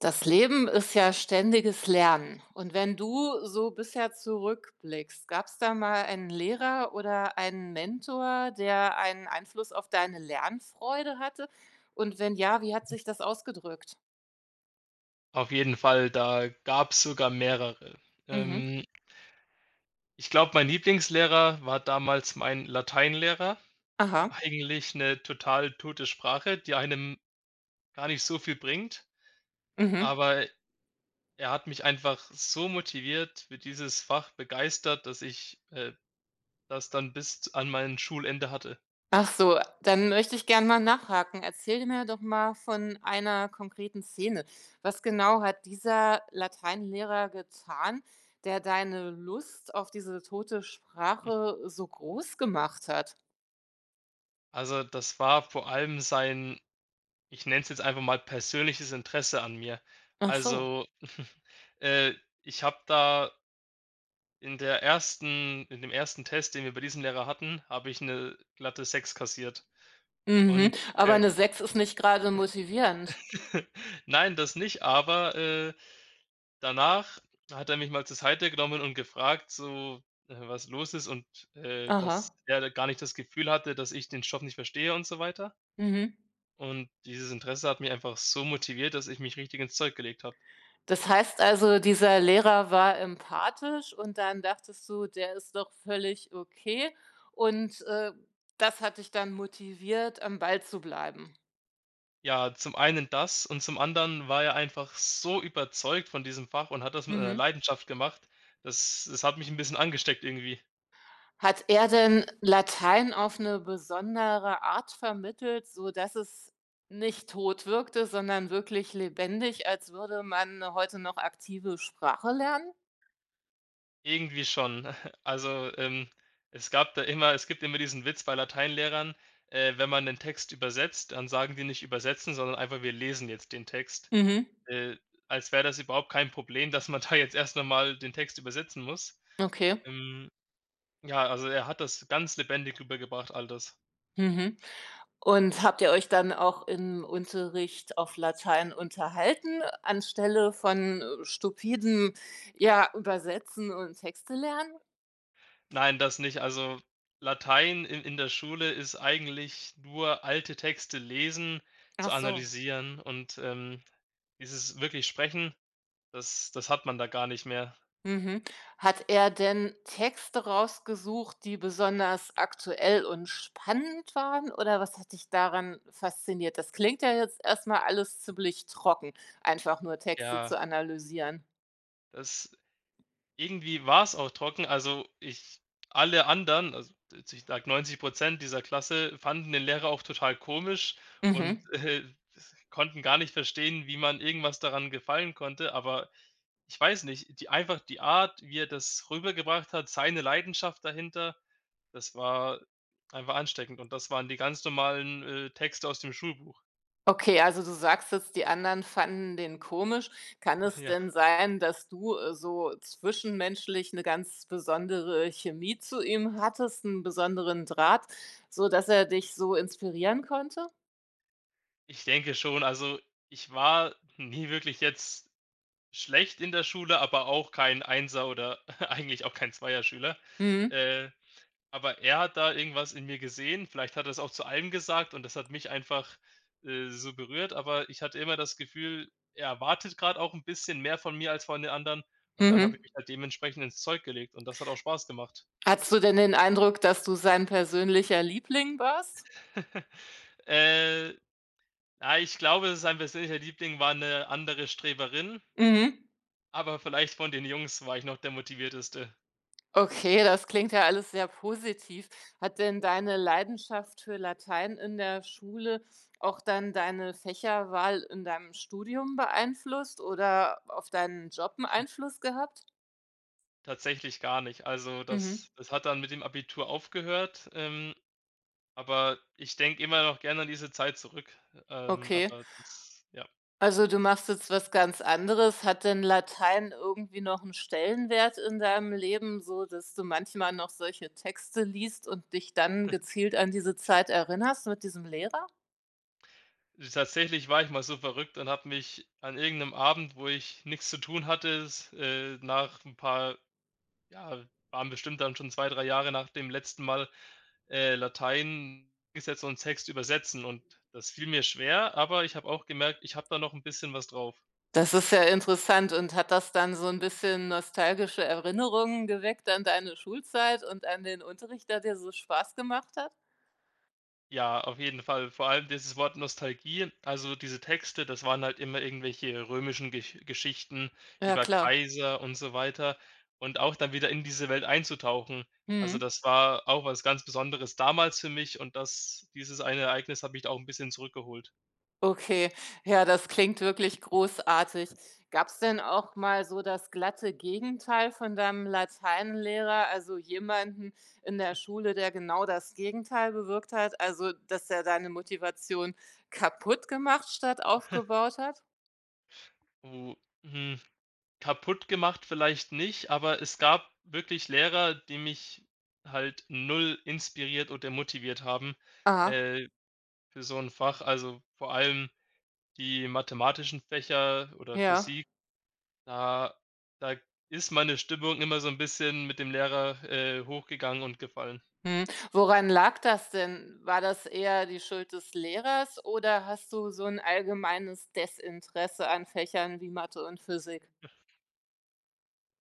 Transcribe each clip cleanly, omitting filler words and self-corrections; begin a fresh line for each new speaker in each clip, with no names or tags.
Das Leben ist ja ständiges Lernen. Und wenn du so bisher zurückblickst, gab es da mal einen Lehrer oder einen Mentor, der einen Einfluss auf deine Lernfreude hatte? Und wenn ja, wie hat sich das ausgedrückt?
Auf jeden Fall, da gab's sogar mehrere.
Mhm.
Ähm, ich glaube, mein Lieblingslehrer war damals mein Lateinlehrer.
Aha.
Eigentlich eine total tote Sprache, die einem gar nicht so viel bringt,
Mhm.
aber er hat mich einfach so motiviert für dieses Fach begeistert, dass ich, das dann bis an mein Schulende hatte.
Ach so, dann möchte ich gerne mal nachhaken. Erzähl mir doch mal von einer konkreten Szene. Was genau hat dieser Lateinlehrer getan, der deine Lust auf diese tote
Hm,
Sprache so groß gemacht hat?
also, das war vor allem sein, ich nenne es jetzt einfach mal persönliches Interesse an mir.
Ach so.
Also, äh, ich habe da In dem ersten Test, den wir bei diesem Lehrer hatten, habe ich eine glatte 6 kassiert. Und,
Mhm. Aber
äh,
eine 6 ist nicht gerade motivierend.
nein, das nicht, aber, danach hat er mich mal zur Seite genommen und gefragt, so, was los ist und, dass
Aha.
er da gar nicht das Gefühl hatte, dass ich den Stoff nicht verstehe und so weiter.
Mhm.
Und dieses Interesse hat mich einfach so motiviert, dass ich mich richtig ins Zeug gelegt habe.
Das heißt also, dieser Lehrer war empathisch und dann dachtest du, der ist doch völlig okay. Und, das hat dich dann motiviert, am Ball zu bleiben.
Ja, zum einen das und zum anderen war er einfach so überzeugt von diesem Fach und hat das mit einer
Mhm.
Leidenschaft gemacht. Das hat mich ein bisschen angesteckt irgendwie.
Hat er denn Latein auf eine besondere Art vermittelt, so dass es nicht tot wirkte, sondern wirklich lebendig, als würde man heute noch aktive Sprache lernen?
Irgendwie schon. Also, es gibt immer diesen Witz bei Lateinlehrern, wenn man den Text übersetzt, dann sagen die nicht „übersetzen“, sondern einfach: „Wir lesen jetzt den Text“,
Mhm.
äh, als wäre das überhaupt kein Problem, dass man da jetzt erst noch den Text übersetzen muss.
Okay.
Ähm, ja, also er hat das ganz lebendig rübergebracht, all das.
Mhm. Und habt ihr euch dann auch im Unterricht auf Latein unterhalten, anstelle von, stupidem, ja, Übersetzen und Texte lernen?
Nein, das nicht. Also, Latein in der Schule ist eigentlich nur alte Texte lesen, zu
Ach so.
analysieren und, dieses wirklich Sprechen, das hat man da gar nicht mehr.
Mhm. Hat er denn Texte rausgesucht, die besonders aktuell und spannend waren, oder was hat dich daran fasziniert? Das klingt ja jetzt erstmal alles ziemlich trocken, einfach nur Texte zu
Ja,
analysieren.
das irgendwie war es auch trocken. Also, ich alle anderen, also, jetzt ich sage 90 dieser Klasse fanden den Lehrer auch total komisch und,
Mhm.
äh, konnten gar nicht verstehen, wie man irgendwas daran gefallen konnte, aber ich weiß nicht, die einfach die Art, wie er das rübergebracht hat, seine Leidenschaft dahinter, das war einfach ansteckend und das waren die ganz normalen, Texte aus dem Schulbuch.
Okay, also du sagst jetzt, die anderen fanden den komisch. Kann es
Ja,
denn sein, dass du so zwischenmenschlich eine ganz besondere Chemie zu ihm hattest, einen besonderen Draht, so dass er dich so inspirieren konnte?
ich denke schon. Also, ich war nie wirklich jetzt schlecht in der Schule, aber auch kein Einser oder eigentlich auch kein 2 schüler.
Mhm.
Äh Aber er hat da irgendwas in mir gesehen. Vielleicht hat er es auch zu allem gesagt und das hat mich einfach, so berührt, aber ich hatte immer das Gefühl, er erwartet gerade auch ein bisschen mehr von mir als von den anderen und dann habe ich
Mhm.
mich halt dementsprechend ins Zeug gelegt und das hat auch Spaß gemacht.
Hattest du denn den Eindruck, dass du sein persönlicher Liebling warst?
Äh, ja, ich glaube, sein persönlicher Liebling war eine andere Streberin,
Mhm.
aber vielleicht von den Jungs war ich noch der motivierteste.
Okay, das klingt ja alles sehr positiv. Hat denn deine Leidenschaft für Latein in der Schule auch dann deine Fächerwahl in deinem Studium beeinflusst oder auf deinen Job 'n Einfluss gehabt?
Tatsächlich gar nicht. Also,
Mhm,
das hat dann mit dem Abitur aufgehört, aber ich denke immer noch gerne an diese Zeit zurück.
okay.
Aber das ja.
Also, du machst jetzt was ganz anderes. Hat denn Latein irgendwie noch einen Stellenwert in deinem Leben, so dass du manchmal noch solche Texte liest und dich dann gezielt an diese Zeit erinnerst mit diesem Lehrer?
Tatsächlich war ich mal so verrückt und habe mich an irgendeinem Abend, wo ich nichts zu tun hatte, s nach ein paar ja, waren bestimmt dann schon 2, 3 Jahre nach dem letzten Mal, Latein hingesetzt und Text übersetzen und das fiel mir schwer, aber ich habe auch gemerkt, ich habe da noch ein bisschen was drauf.
Das ist ja interessant und hat das dann so 'n bisschen nostalgische Erinnerungen geweckt an deine Schulzeit und an den Unterricht, der dir so Spaß gemacht hat?
Ja, auf jeden Fall. Vor allem dieses Wort Nostalgie, also diese Texte, das waren halt immer irgendwelche römischen Geschichten
Ja
über
klar.
Kaiser und so weiter und auch dann wieder in diese Welt einzutauchen. Also,
Mhm.
das war auch was ganz Besonderes damals für mich und das dieses eine Ereignis hat mich auch ein bisschen zurückgeholt.
Okay. Ja, das klingt wirklich großartig. Gab's denn auch mal so das glatte Gegenteil von deinem Lateinlehrer, also jemanden in der Schule, der genau das Gegenteil bewirkt hat, also dass der deine Motivation kaputt gemacht statt aufgebaut hat?
Wo hm, kaputt gemacht vielleicht nicht, aber es gab wirklich Lehrer, die mich halt null inspiriert oder motiviert haben,
Aha,
äh, für so ein Fach. Also, vor allem die mathematischen Fächer oder
ja.
Physik, da da ist meine Stimmung immer so ein bisschen mit dem Lehrer, hochgegangen und gefallen.
Hm. Woran lag das denn? War das eher die Schuld des Lehrers oder hast du so ein allgemeines Desinteresse an Fächern wie Mathe und Physik?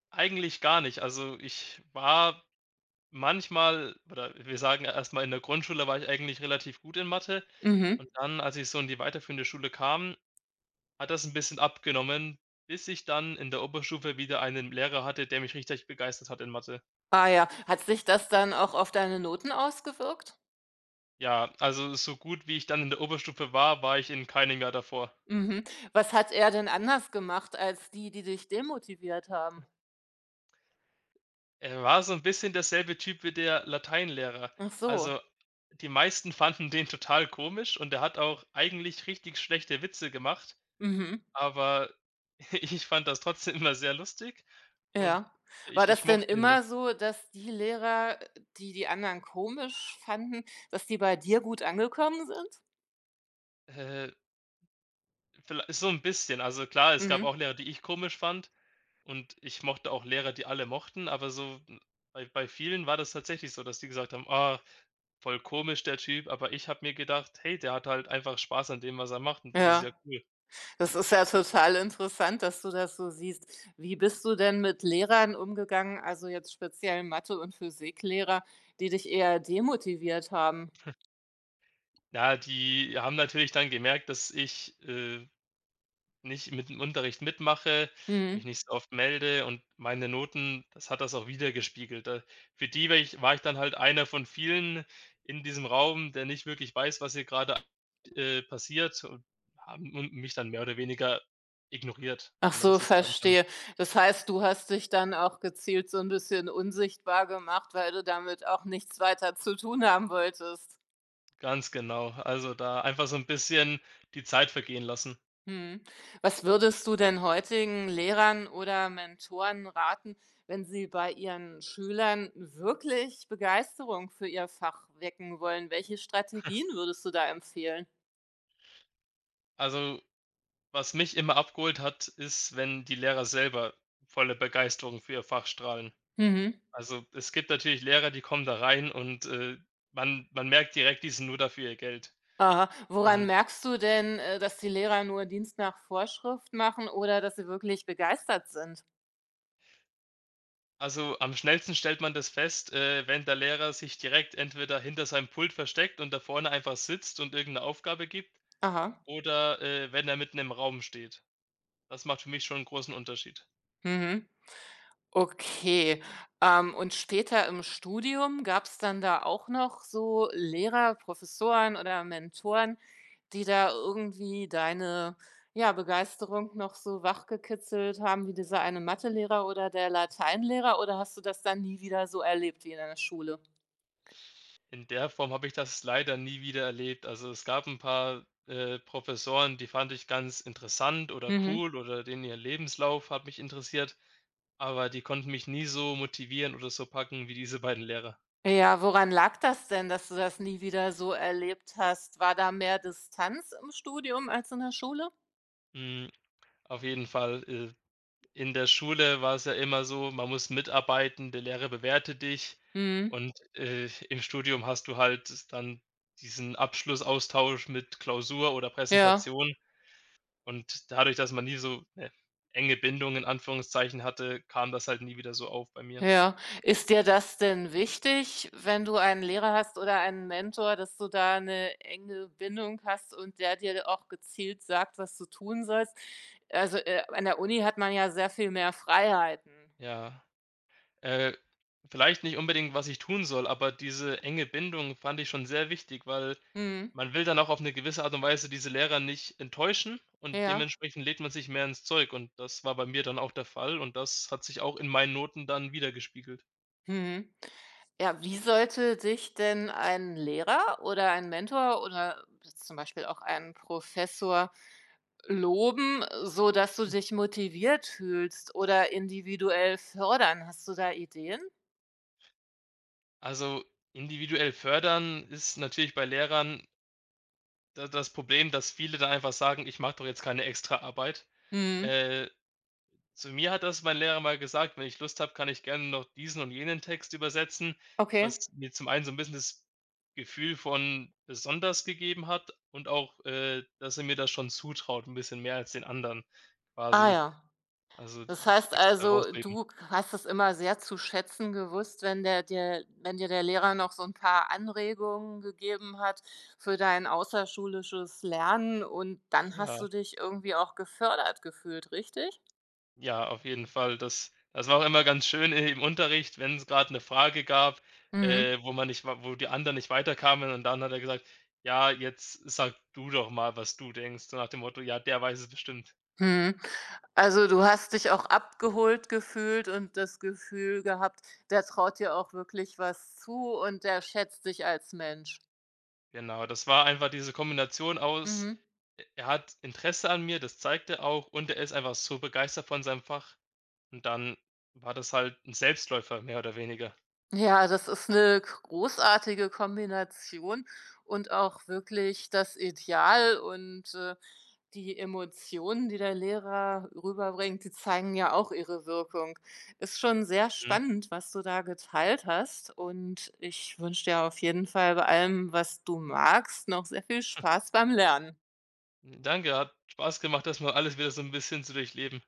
Eigentlich gar nicht. Also, ich war manchmal oder wir sagen erst mal, in der Grundschule war ich eigentlich relativ gut in Mathe
Mhm.
und dann, als ich so in die weiterführende Schule kam, hat das ein bisschen abgenommen, bis ich dann in der Oberstufe wieder einen Lehrer hatte, der mich richtig begeistert hat in Mathe.
Ah ja. Hat sich das dann auch auf deine Noten ausgewirkt?
Ja, also, so gut wie ich dann in der Oberstufe war, war ich in keinem Jahr davor.
Mhm. Was hat er denn anders gemacht als die, die dich demotiviert haben?
Er war so ein bisschen derselbe Typ wie der Lateinlehrer.
Ach
Also,
so.
die meisten fanden den total komisch und er hat auch eigentlich richtig schlechte Witze gemacht,
Mhm.
aber ich fand das trotzdem immer sehr lustig und
Ja. War
ich
das denn
mochte den Le
immer so, dass die Lehrer, die die anderen komisch fanden, dass die bei dir gut angekommen sind?
äh, viellei so ein bisschen. Also, klar, es gab
Mhm.
auch Lehrer, die ich komisch fand und ich mochte auch Lehrer, die alle mochten, aber so bei vielen war das tatsächlich so, dass die gesagt haben: „Ah, voll komisch der Typ“, aber ich habe mir gedacht: „Hey, der hat halt einfach Spaß an dem, was er macht und das ist ja
Ja.
cool.“
Das ist ja total interessant, dass du das so siehst. Wie bist du denn mit Lehrern umgegangen, also jetzt speziell Mathe und Physiklehrer, die dich eher demotiviert haben?
Ja, die haben natürlich dann gemerkt, dass ich, nicht mit dem Unterricht mitmache, mich
Mhm.
nicht so oft melde und meine Noten, das hat das auch widergespiegelt. Da für die wäre ich war ich dann halt einer von vielen in diesem Raum, der nicht wirklich weiß, was hier gerade passiert und haben und mich dann mehr oder weniger ignoriert,
Ach
wenn man
so,
das so sagen kann.
verstehe. Das heißt, du hast dich dann auch gezielt so ein bisschen unsichtbar gemacht, weil du damit auch nichts weiter zu tun haben wolltest.
Ganz genau. Also, da einfach so ein bisschen die Zeit vergehen lassen.
Mhm. Was würdest du denn heutigen Lehrern oder Mentoren raten, wenn sie bei ihren Schülern wirklich Begeisterung für ihr Fach wecken wollen? Welche Strategien würdest du da empfehlen?
Also was mich immer abgeholt hat, ist, wenn die Lehrer selber volle Begeisterung für ihr Fach strahlen.
Mhm.
Also, es gibt natürlich Lehrer, die kommen da rein und, man merkt direkt, die sind nur dafür ihr Geld.
Aha. Woran
Und
merkst du denn, dass die Lehrer nur Dienst nach Vorschrift machen oder dass sie wirklich begeistert sind?
also, am schnellsten stellt man das fest, wenn der Lehrer sich direkt entweder hinter seinem Pult versteckt und da vorne einfach sitzt und irgendeine Aufgabe gibt
Aha.
oder, wenn er mitten im Raum steht. Das macht für mich schon 'n großen Unterschied.
Mhm. Okay. Und später im Studium gab es dann da auch noch so Lehrer, Professoren oder Mentoren, die da irgendwie deine, ja, Begeisterung noch so wachgekitzelt haben wie dieser eine Mathelehrer oder der Lateinlehrer, oder hast du das dann nie wieder so erlebt wie in der Schule?
In der Form habe ich das leider nie wieder erlebt. Also, es gab ein paar, Professoren, die fand ich ganz interessant oder
Mhm.
cool oder denen ihr Lebenslauf hat mich interessiert, aber die konnten mich nie so motivieren oder so packen wie diese beiden Lehrer.
Ja, woran lag das denn, dass du das nie wieder so erlebt hast? War da mehr Distanz im Studium als in der Schule?
Hm, auf jeden Fall, in der Schule war es ja immer so, man muss mitarbeiten, der Lehrer bewertet dich
Mhm.
und, im Studium hast du halt dann diesen Abschlussaustausch mit Klausur oder
Ja.
Präsentation. Und dadurch, dass man nie so 'ne enge Bindung in Anführungszeichen hatte, kam das halt nie wieder so auf bei mir.
Ja. Ist dir das denn wichtig, wenn du einen Lehrer hast oder einen Mentor, dass du da 'ne enge Bindung hast und der dir auch gezielt sagt, was du tun sollst? Also, an der Uni hat man ja sehr viel mehr Freiheiten.
Ja, äh, vielleicht nicht unbedingt, was ich tun soll, aber diese enge Bindung fand ich schon sehr wichtig, weil
Mhm.
man will dann auch auf 'ne gewisse Art und Weise diese Lehrer nicht enttäuschen und
Ja.
dementsprechend legt man sich mehr ins Zeug und das war bei mir dann auch der Fall und das hat sich auch in meinen Noten dann widergespiegelt.
Mhm. Ja, wie sollte dich denn ein Lehrer oder ein Mentor oder jetzt zum Beispiel auch ein Professor loben, sodass du dich motiviert fühlst oder individuell fördern? Hast du da Ideen?
Also, individuell fördern ist natürlich bei Lehrern da das Problem, dass viele dann einfach sagen: „Ich mache doch jetzt keine Extraarbeit.“
Mhm.
Äh, zu mir hat das mein Lehrer mal gesagt: „Wenn ich Lust habe, kann ich gerne noch diesen und jenen Text übersetzen“, was
Okay.
mir zum einen so ein bisschen das Gefühl von besonders gegeben hat und auch, dass er mir das schon zutraut, ein bisschen mehr als den anderen
Ah
quasi.
ja.
Also,
Das
dieses
heißt
extra
also,
rausheben.
du k hast es immer sehr zu schätzen gewusst, wenn der dir wenn dir der Lehrer noch so ein paar Anregungen gegeben hat für dein außerschulisches Lernen und dann
Ja.
hast du dich irgendwie auch gefördert gefühlt, richtig?
Ja, auf jeden Fall. Das war auch immer ganz schön i im Unterricht, wenn es gerade eine Frage gab,
Mhm.
wo man nicht wa wo die anderen nicht weiterkamen und dann hat er gesagt: „Ja, jetzt sag du doch mal, was du denkst.“ So nach dem Motto: „Ja, der weiß es bestimmt.“
Mhm. Also, du hast dich auch abgeholt gefühlt und das Gefühl gehabt, der traut dir auch wirklich was zu und der schätzt dich als Mensch.
Genau, das war einfach diese Kombination aus,
Mhm.
e er hat Interesse an mir, das zeigt er auch und er ist einfach so begeistert von seinem Fach und dann war das halt ein Selbstläufer, mehr oder weniger.
Ja, das ist eine großartige Kombination und auch wirklich das Ideal und, die Emotionen, die der Lehrer rüberbringt, die zeigen ja auch ihre Wirkung. Ist schon sehr
Mhm.
spannend, was du da geteilt hast, und ich wünsche dir auf jeden Fall bei allem, was du magst, noch sehr viel Spaß beim Lernen.
Danke, hat Spaß gemacht, das mal alles wieder so ein bisschen zu durchleben.